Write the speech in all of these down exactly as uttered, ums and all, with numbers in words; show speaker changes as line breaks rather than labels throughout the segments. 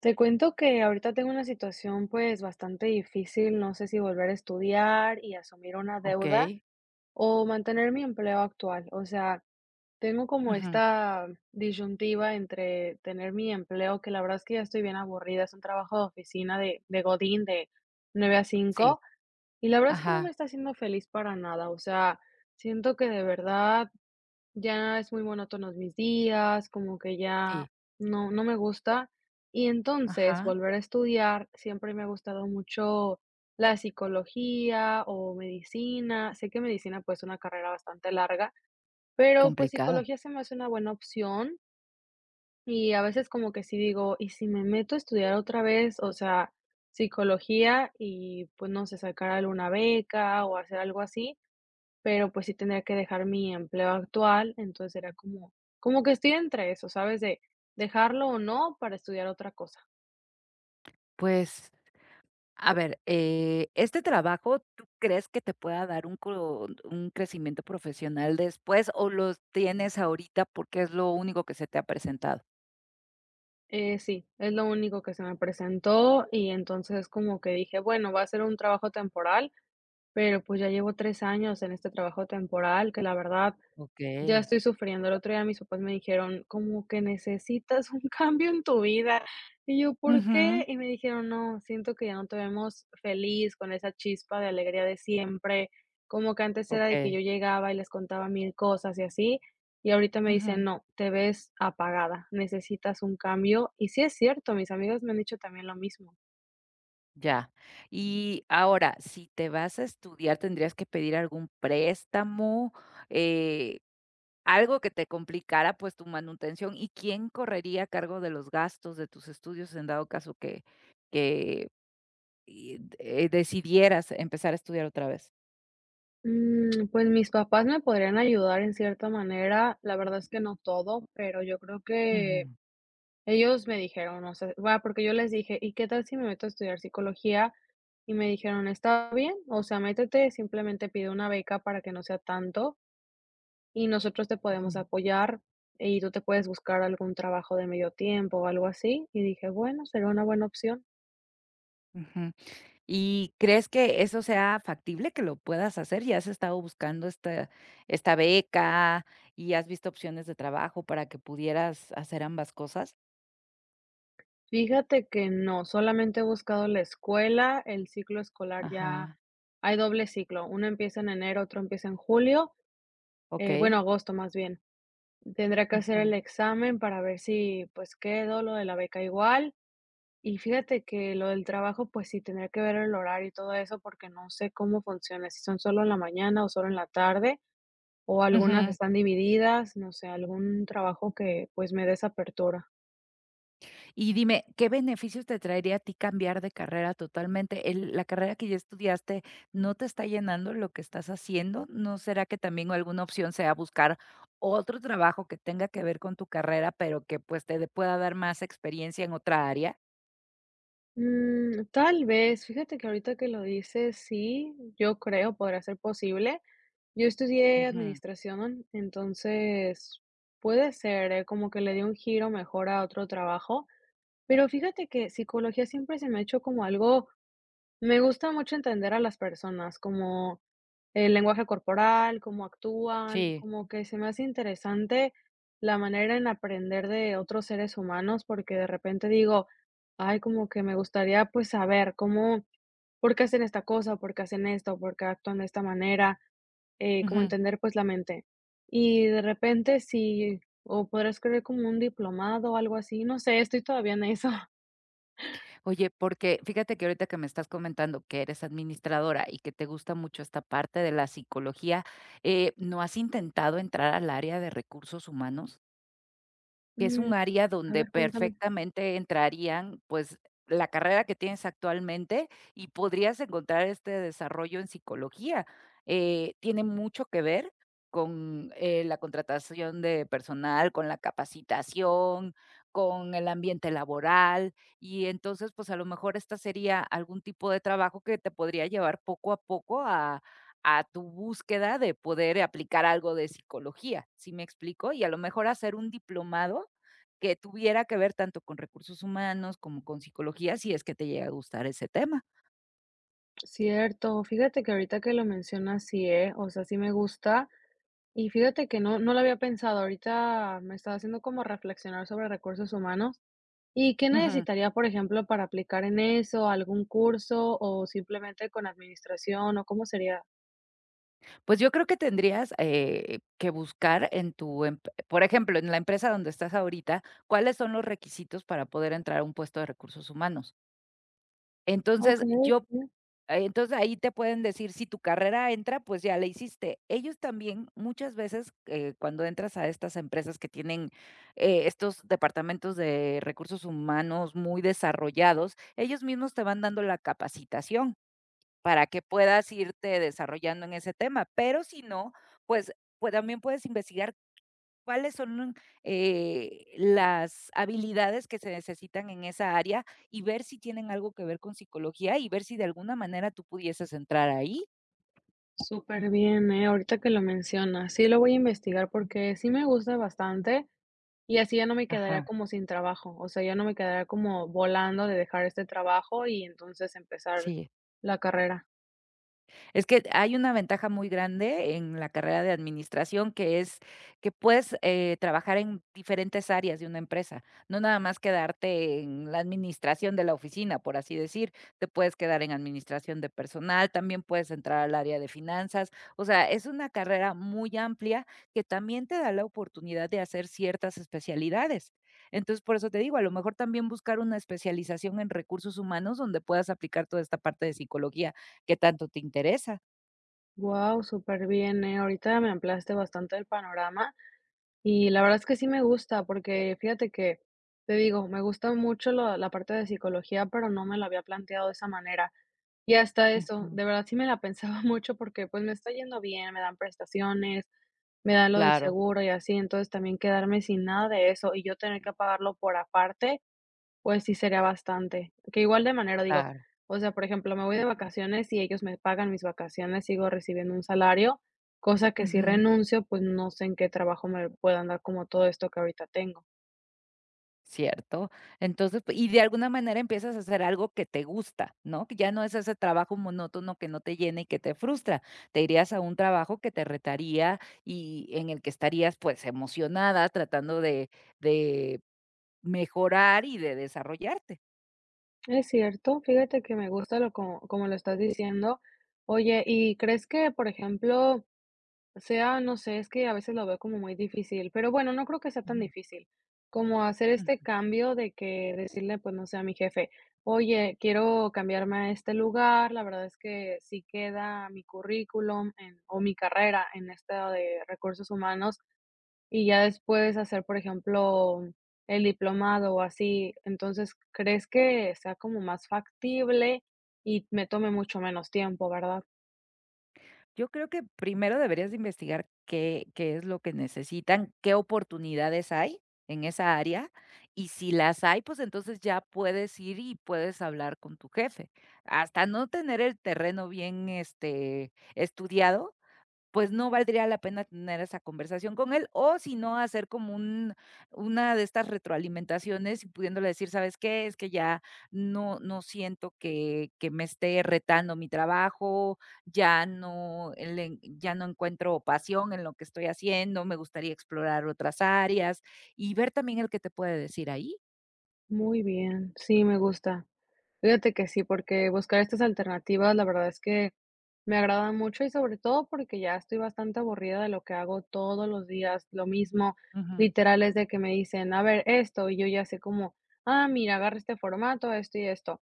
Te cuento que ahorita tengo una situación, pues, bastante difícil, no sé si volver a estudiar y asumir una deuda
Okey.
o mantener mi empleo actual. O sea, tengo como
Ujú.
esta disyuntiva entre tener mi empleo, que la verdad es que ya estoy bien aburrida, es un trabajo de oficina de, de Godín de nueve a
Sí.
cinco, y la verdad es que no
Ajá.
me está haciendo feliz para nada. O sea, siento que de verdad ya es muy monótonos mis días, como que
Sí.
ya no no me gusta. Y entonces,
Ajá.
volver a estudiar, siempre me ha gustado mucho la psicología o medicina. Sé que medicina, pues, es una carrera bastante larga, pero, pues,
Complicado.
psicología se me hace una buena opción, y a veces como que sí digo: "¿Y si me meto a estudiar otra vez?". O sea, psicología y, pues, no sé, sacar alguna beca o hacer algo así, pero, pues, sí tenía que dejar mi empleo actual, entonces era como como que estoy entre eso, ¿sabes? De dejarlo o no para estudiar otra cosa.
Pues, a ver, eh, ¿este trabajo tú crees que te pueda dar un cro un crecimiento profesional después, o lo tienes ahorita porque es lo único que se te ha presentado?
Eh, sí, es lo único que se me presentó, y entonces como que dije: "Bueno, va a ser un trabajo temporal", pero, pues, ya llevo tres años en este trabajo temporal que la verdad ya
Okey.
estoy sufriendo. El otro día mis papás me dijeron: "Como que necesitas un cambio en tu vida". Y yo: "¿Por qué?".
Ujú.
Y me dijeron: "No, siento que ya no te vemos feliz, con esa chispa de alegría de siempre". Como que antes era de que yo
Okey.
llegaba y les contaba mil cosas y así, y ahorita me
Ujú.
dicen: "No, te ves apagada, necesitas un cambio". Y sí es cierto, mis amigas me han dicho también lo mismo.
Ya. Y ahora, si te vas a estudiar, ¿tendrías que pedir algún préstamo? Eh Algo que te complicara, pues, tu manutención, ¿y quién correría a cargo de los gastos de tus estudios en dado caso que que, y eh, decidieras empezar a estudiar otra vez?
Mm, pues mis papás me podrían ayudar en cierta manera, la verdad es que no todo, pero yo creo que
Ujú,
ellos me dijeron, o sea, va, porque yo les dije: "¿Y qué tal si me meto a estudiar psicología?". Y me dijeron: "Está bien, o sea, métete, simplemente pide una beca para que no sea tanto, y nosotros te podemos
ujú.
apoyar, y tú te puedes buscar algún trabajo de medio tiempo o algo así". Y dije: "Bueno, será una buena opción".
Ujú. ¿Y crees que eso sea factible, que lo puedas hacer? ¿Ya has estado buscando esta esta beca y has visto opciones de trabajo para que pudieras hacer ambas cosas?
Fíjate que no, solamente he buscado la escuela, el ciclo escolar ya
Ajá,
hay doble ciclo, uno empieza en enero, otro empieza en julio, eh, bueno,
okey.
agosto más bien. Tendrá que hacer
Ujú,
el examen para ver si, pues, quedo, lo de la beca igual. Y fíjate que lo del trabajo, pues sí, tendría que ver el horario y todo eso, porque no sé cómo funciona, si son solo en la mañana o solo en la tarde, o algunas
ujú.
están divididas, no sé, algún trabajo que, pues, me dé esa apertura.
Y dime, ¿qué beneficios te traería a ti cambiar de carrera totalmente? El- la carrera que ya estudiaste no te está llenando lo que estás haciendo. ¿No será que también alguna opción sea buscar otro trabajo que tenga que ver con tu carrera, pero que, pues, te pueda dar más experiencia en otra área?
Mm, tal vez, fíjate que ahorita que lo dices, sí, yo creo podría ser posible. Yo estudié
Ujú.
administración, entonces puede ser, eh, como que le di un giro mejor a otro trabajo. Pero fíjate que psicología siempre se me ha hecho como algo, me gusta mucho entender a las personas, como el lenguaje corporal, cómo actúan,
Sí.
como que se me hace interesante la manera en aprender de otros seres humanos, porque de repente digo: "Ay, como que me gustaría, pues, saber cómo, por qué hacen esta cosa, por qué hacen esto, por qué actúan de esta manera", eh, como
Ujú.
entender, pues, la mente. Y de repente sí, o podrás creer como un diplomado o algo así, no sé, estoy todavía en eso.
Oye, porque fíjate que ahorita que me estás comentando que eres administradora y que te gusta mucho esta parte de la psicología, eh, ¿no has intentado entrar al área de recursos humanos? Que es un área
A
donde
ver, cuéntame.
perfectamente entrarían, pues, la carrera que tienes actualmente, y podrías encontrar este desarrollo en psicología. Eh, tiene mucho que ver con, eh, la contratación de personal, con la capacitación, con el ambiente laboral, y entonces, pues, a lo mejor esta sería algún tipo de trabajo que te podría llevar poco a poco a a tu búsqueda de poder aplicar algo de psicología, ¿sí me explico? Y a lo mejor hacer un diplomado que tuviera que ver tanto con recursos humanos como con psicología, si es que te llega a gustar ese tema.
Cierto, fíjate que ahorita que lo mencionas, sí, ¿eh? O sea, sí me gusta. Y fíjate que no, no lo había pensado. Ahorita me estaba haciendo como reflexionar sobre recursos humanos. ¿Y qué
Ujú.
necesitaría, por ejemplo, para aplicar en eso? ¿Algún curso o simplemente con administración o cómo sería?
Pues yo creo que tendrías, eh, que buscar en tu emp por ejemplo, en la empresa donde estás ahorita, cuáles son los requisitos para poder entrar a un puesto de recursos humanos.
Ok,
Entonces, yo
ok.
Ah, entonces, ahí te pueden decir, si tu carrera entra, pues ya la hiciste. Ellos también muchas veces, eh, cuando entras a estas empresas que tienen, eh, estos departamentos de recursos humanos muy desarrollados, ellos mismos te van dando la capacitación para que puedas irte desarrollando en ese tema, pero si no, pues pues también puedes investigar cuáles son, eh, las habilidades que se necesitan en esa área. Y ver si tienen algo que ver con psicología, y ver si de alguna manera tú pudieses entrar ahí.
Súper bien, ¿eh? Ahorita que lo mencionas. Sí, lo voy a investigar porque sí me gusta bastante. Y así ya no me quedaría
Ajá,
como sin trabajo, o sea, ya no me quedaría como volando de dejar este trabajo y entonces empezar
sí.
la carrera.
Es que hay una ventaja muy grande en la carrera de administración, que es que puedes, eh, trabajar en diferentes áreas de una empresa, no nada más quedarte en la administración de la oficina, por así decir. Te puedes quedar en administración de personal, también puedes entrar al área de finanzas. O sea, es una carrera muy amplia, que también te da la oportunidad de hacer ciertas especialidades. Entonces, por eso te digo, a lo mejor también buscar una especialización en recursos humanos donde puedas aplicar toda esta parte de psicología. ¿Qué tanto te interesa?
Wow, súper bien, eh, ahorita me ampliaste bastante el panorama y la verdad es que sí me gusta, porque fíjate que, te digo, me gusta mucho lo la parte de psicología, pero no me lo había planteado de esa manera. Y hasta eso,
Ujú.
de verdad sí me la pensaba mucho porque, pues, me está yendo bien, me dan prestaciones, me dan lo del
Claro,
seguro y así, entonces también quedarme sin nada de eso y yo tener que pagarlo por aparte. Pues sí, sería bastante, que igual de manera digo,
claro.
o sea, por ejemplo, me voy de vacaciones y ellos me pagan mis vacaciones, sigo recibiendo un salario, cosa que si
Ujú,
renuncio, pues no sé en qué trabajo me puedan dar como todo esto que ahorita tengo.
cierto. Entonces, p- y de alguna manera empiezas a hacer algo que te gusta, ¿no? Que ya no es ese trabajo monótono que no te llena y que te frustra. Te irías a un trabajo que te retaría y en el que estarías, pues, emocionada tratando de de mejorar y de desarrollarte.
Es cierto, fíjate que me gusta lo como como lo estás diciendo. Oye, ¿y crees que, por ejemplo, o sea, no sé, es que a veces lo veo como muy difícil, pero bueno, no creo que sea tan
Ujú.
difícil como hacer este cambio de que decirle, pues no sé, a mi jefe, oye, quiero cambiarme a este lugar, la verdad es que sí queda mi currículum en- o mi carrera en esta de recursos humanos y ya después hacer, por ejemplo, el diplomado o así, entonces, ¿crees que sea como más factible y me tome mucho menos tiempo, verdad?
Yo creo que primero deberías de investigar qué, qué es lo que necesitan, qué oportunidades hay en esa área, y si las hay, pues entonces ya puedes ir y puedes hablar con tu jefe. Hasta no tener el terreno bien este, estudiado, pues no valdría la pena tener esa conversación con él. O si no, hacer como un una de estas retroalimentaciones y pudiéndole decir: "¿Sabes qué? Es que ya no no siento que que me esté retando mi trabajo, ya no le ya no encuentro pasión en lo que estoy haciendo, me gustaría explorar otras áreas", y ver también el que te puede decir ahí.
Muy bien, sí, me gusta. Fíjate que sí, porque buscar estas alternativas, la verdad es que me agrada mucho y sobre todo porque ya estoy bastante aburrida de lo que hago todos los días, lo mismo,
Ujú.
literal es de que me dicen, a ver, esto, y yo ya sé como, ah, mira, agarra este formato, esto y esto.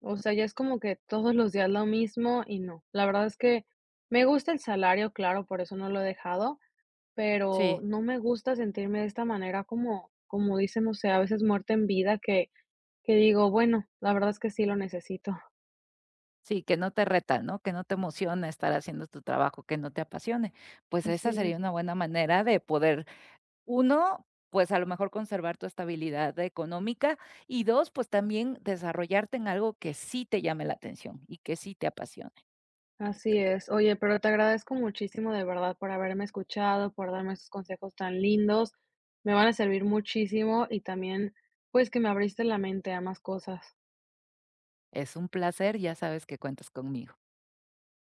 O sea, ya es como que todos los días lo mismo y no. La verdad es que me gusta el salario, claro, por eso no lo he dejado, pero
Sí,
no me gusta sentirme de esta manera como, como dicen, o sea, a veces muerte en vida que, que digo, bueno, la verdad es que sí lo necesito.
sí, que no te reta, ¿no? Que no te emociona estar haciendo tu trabajo, que no te apasione. Pues
Así
esa sería una
es,
buena manera de poder. Uno, pues, a lo mejor conservar tu estabilidad económica, y dos, pues, también desarrollarte en algo que sí te llame la atención y que sí te apasione.
así es. Oye, pero te agradezco muchísimo de verdad por haberme escuchado, por darme esos consejos tan lindos. Me van a servir muchísimo y también, pues, que me abriste la mente a más cosas.
Es un placer, ya sabes que cuentas conmigo.